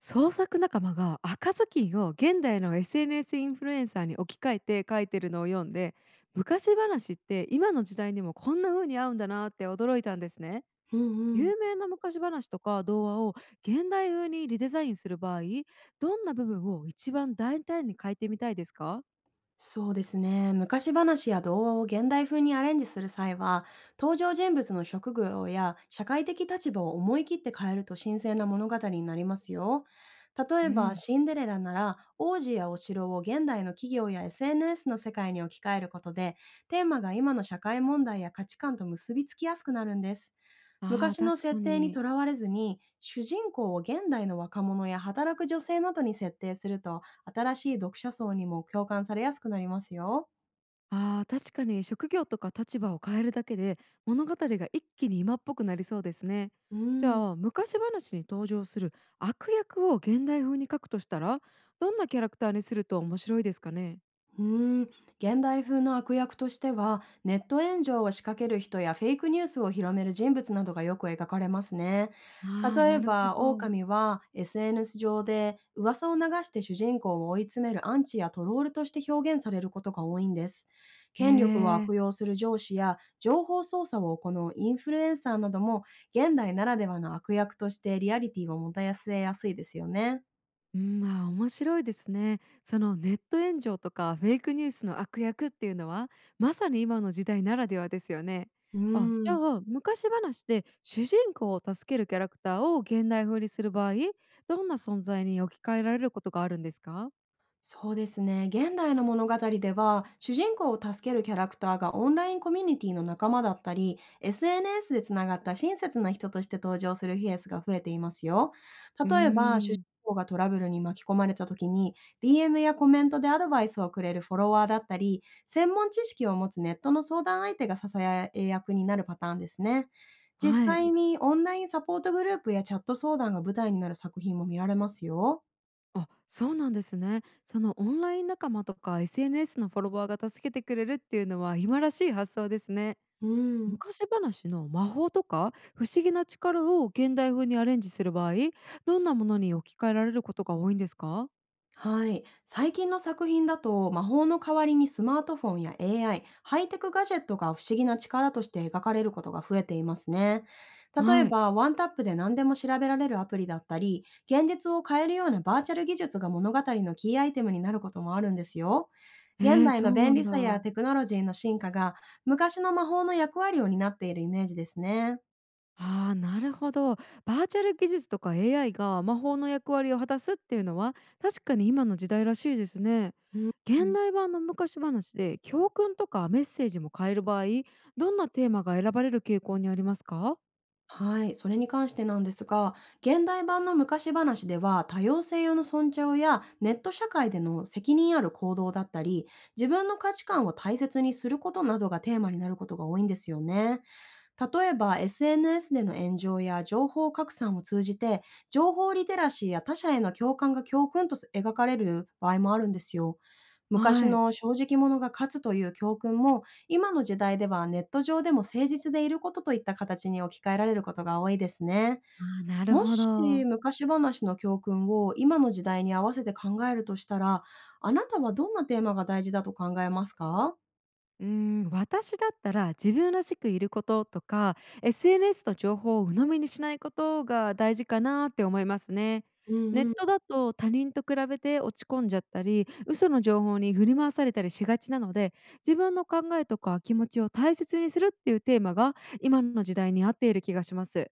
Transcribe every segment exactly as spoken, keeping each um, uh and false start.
創作仲間が赤ずきんを現代の エスエヌエス インフルエンサーに置き換えて書いてるのを読んで、昔話って今の時代にもこんな風に合うんだなって驚いたんですね。うんうん。有名な昔話とか童話を現代風にリデザインする場合、どんな部分を一番大胆に変えてみたいですか？そうですね。昔話や童話を現代風にアレンジする際は、登場人物の職業や社会的立場を思い切って変えると新鮮な物語になりますよ。例うえば、ん、シンデレラなら、王子やお城を現代の企業や エスエヌエス の世界に置き換えることで、テーマが今の社会問題や価値観と結びつきやすくなるんです。ああー、昔の確設か定にとに。らわれずに主人公を現代の若者や働く女性などに設定すると、新しい読者層にも共感されやすくなりますよ。ああ、確かに職業とか立場を変えるだけで物語が一気に今っぽくなりそうですね。うじん。ゃあ昔話に登場する悪役を現代風に書くとしたら、どんなキャラクターにすると面白いですかね？うーん、現代風の悪役としては、ネット炎上を仕掛ける人やフェイクニュースを広める人物などがよく描かれますね。ああー、例えなるほば、ど。狼は エスエヌエス 上で噂を流して主人公を追い詰めるアンチやトロールとして表現されることが多いんです。へ権力をえ。悪用する上司や情報操作を行うインフルエンサーなども現代ならではの悪役としてリアリティをもたらせやすいですよね。うん、まあ面白いですね。そのネット炎上とかフェイクニュースの悪役っていうのはまさに今の時代ならではですよね。うーあ、じゃん。あ昔話で主人公を助けるキャラクターを現代風にする場合、どんな存在に置き換えられることがあるんですか？そうですね。現代の物語では、主人公を助けるキャラクターがオンラインコミュニティの仲間だったり、エスエヌエス でつながった親切な人として登場するケースが増えていますよ。うー例えば、主人ん公がトラブルに巻き込まれた時に、ディーエム やコメントでアドバイスをくれるフォロワーだったり、専門知識を持つネットの相談相手が支え役になるパターンですね。実はい。際にオンラインサポートグループやチャット相談が舞台になる作品も見られますよ。あ、そうなんですね。そのオンライン仲間とか エスエヌエス のフォロワーが助けてくれるっていうのは今らしい発想ですね。うん。昔話の魔法とか不思議な力を現代風にアレンジする場合、どんなものに置き換えられることが多いんですか？はい。最近の作品だと、魔法の代わりにスマートフォンや エーアイ、ハイテクガジェットが不思議な力として描かれることが増えていますね。例えはい。ば、ワンタップで何でも調べられるアプリだったり、現実を変えるようなバーチャル技術が物語のキーアイテムになることもあるんですよ。え現ー、代のそう便なん利さやだ。テクノロジーの進化が、昔の魔法の役割を担っているイメージですね。ああ、なるほど。バーチャル技術とか エーアイ が魔法の役割を果たすっていうのは確かに今の時代らしいですね。う現ん。代版の昔話で教訓とかメッセージも変える場合、どんなテーマが選ばれる傾向にありますか？はい、それに関してなんですが、現代版の昔話では、多様性への尊重やネット社会での責任ある行動だったり、自分の価値観を大切にすることなどがテーマになることが多いんですよね。例えば、 エスエヌエス での炎上や情報拡散を通じて、情報リテラシーや他者への共感が教訓と描かれる場合もあるんですよ。昔はい。の正直者が勝つという教訓も、今の時代ではネット上でも誠実でいることといった形に置き換えられることが多いですね。ああ、なるもほしど。昔話の教訓を今の時代に合わせて考えるとしたら、あなたはどんなテーマが大事だと考えますか？うーん、私だったら自分らしくいることとか、 エスエヌエス の情報を鵜呑みにしないことが大事かなって思いますね。うネッん。トだと他人と比べて落ち込んじゃったり嘘の情報に振り回されたりしがちなので、自分の考えとか気持ちを大切にするっていうテーマが今の時代に合っている気がします。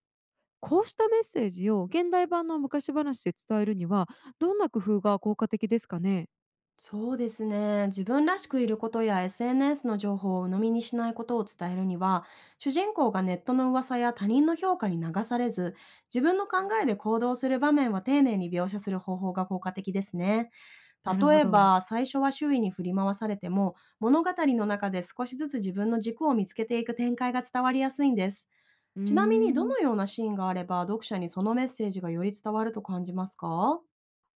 こうしたメッセージを現代版の昔話で伝えるにはどんな工夫が効果的ですかね？そうですね。自分らしくいることや エスエヌエス の情報を鵜呑みにしないことを伝えるには、主人公がネットの噂や他人の評価に流されず、自分の考えで行動する場面は丁寧に描写する方法が効果的ですね。なる例ほえど。ば、最初は周囲に振り回されても、物語の中で少しずつ自分の軸を見つけていく展開が伝わりやすいんです。うーちなみに、どんのようなシーンがあれば、読者にそのメッセージがより伝わると感じますか？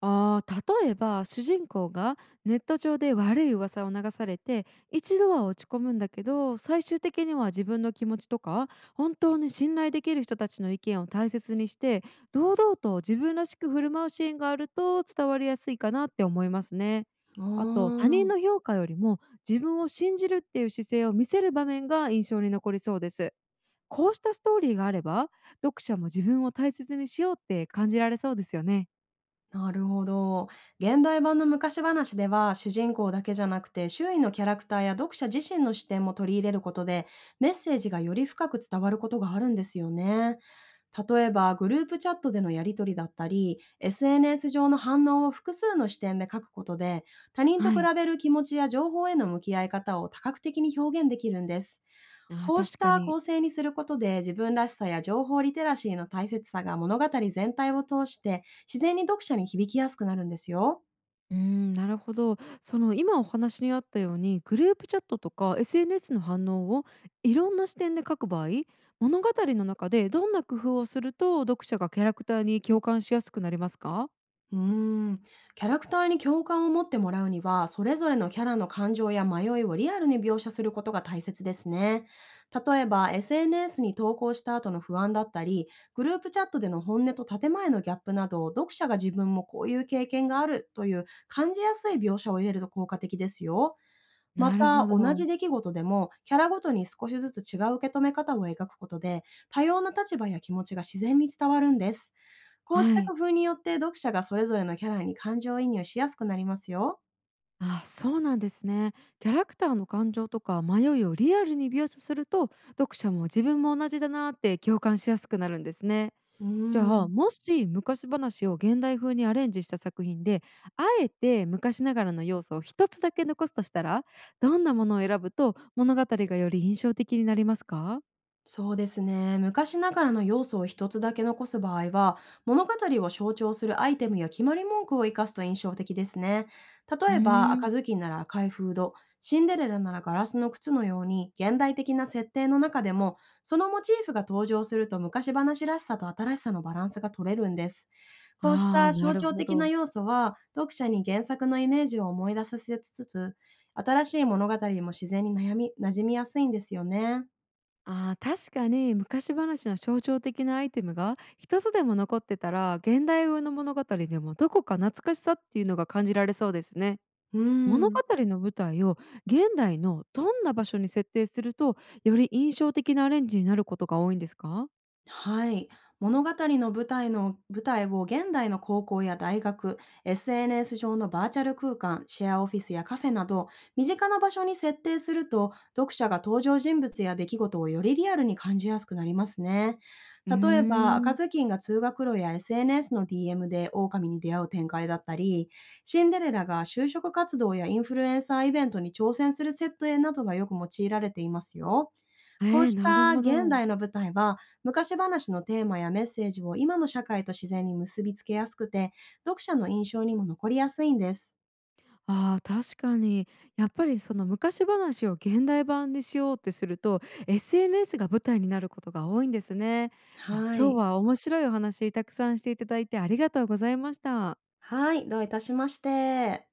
ああ、例えば主人公がネット上で悪い噂を流されて、一度は落ち込むんだけど、最終的には自分の気持ちとか本当に信頼できる人たちの意見を大切にして、堂々と自分らしく振る舞うシーンがあると伝わりやすいかなって思いますね。うあと他人ー。の評価よりも自分を信じるっていう姿勢を見せる場面が印象に残りそうです。こうしたストーリーがあれば読者も自分を大切にしようって感じられそうですよね。なるほど。現代版の昔話では、主人公だけじゃなくて、周囲のキャラクターや読者自身の視点も取り入れることで、メッセージがより深く伝わることがあるんですよね。例えば、グループチャットでのやり取りだったり、エスエヌエス 上の反応を複数の視点で書くことで、他人とは比い。べる気持ちや情報への向き合い方を多角的に表現できるんです。ああ、こうし確かたに。構成にすることで、自分らしさや情報リテラシーの大切さが物語全体を通して自然に読者に響きやすくなるんですよ。うーん、なるほど。その今お話にあったように、グループチャットとか エスエヌエス の反応をいろんな視点で書く場合、物語の中でどんな工夫をすると読者がキャラクターに共感しやすくなりますか？うーん、キャラクターに共感を持ってもらうには、それぞれのキャラの感情や迷いをリアルに描写することが大切ですね。例えば、エスエヌエス に投稿した後の不安だったり、グループチャットでの本音と建前のギャップなど、読者が自分もこういう経験があるという感じやすい描写を入れると効果的ですよ。まなるほた、同ど。じ出来事でも、キャラごとに少しずつ違う受け止め方を描くことで、多様な立場や気持ちが自然に伝わるんです。こうしはた工い。夫によって、読者がそれぞれのキャラに感情移入しやすくなりますよ。ああ、そうなんですね。キャラクターの感情とか迷いをリアルに描写すると、読者も自分も同じだなーって共感しやすくなるんですね。うじーゃあん。もし昔話を現代風にアレンジした作品で、あえて昔ながらの要素を一つだけ残すとしたら、どんなものを選ぶと物語がより印象的になりますか？そうですね。昔ながらの要素を一つだけ残す場合は、物語を象徴するアイテムや決まり文句を生かすと印象的ですね。う例ーえば、ん赤ずきんなら赤いフード、シンデレラならガラスの靴のように、現代的な設定の中でも、そのモチーフが登場すると昔話らしさと新しさのバランスが取れるんです。こうしあたあー、な象る徴ほ的など。要素は、読者に原作のイメージを思い出させつつ、新しい物語も自然に悩み馴染みやすいんですよね。あー、確かに昔話の象徴的なアイテムが一つでも残ってたら現代風の物語でもどこか懐かしさっていうのが感じられそうですね。うー物語ん。の舞台を現代のどんな場所に設定すると、より印象的なアレンジになることが多いんですか？はい。物語の舞台の舞台を現代の高校や大学、エスエヌエス 上のバーチャル空間、シェアオフィスやカフェなど、身近な場所に設定すると、読者が登場人物や出来事をよりリアルに感じやすくなりますね。うー例えば、赤ん。ずきんが通学路や エスエヌエス の ディーエム で狼に出会う展開だったり、シンデレラが就職活動やインフルエンサーイベントに挑戦する設定などがよく用いられていますよ。こえうえ、しなるたほ現ど。代の舞台は、昔話のテーマやメッセージを今の社会と自然に結びつけやすくて、読者の印象にも残りやすいんです。ああ、確かに。やっぱりその昔話を現代版にしようってすると、エスエヌエス が舞台になることが多いんですね。あ、は今日い。は面白いお話たくさんしていただいてありがとうございました。はい、どういたしまして。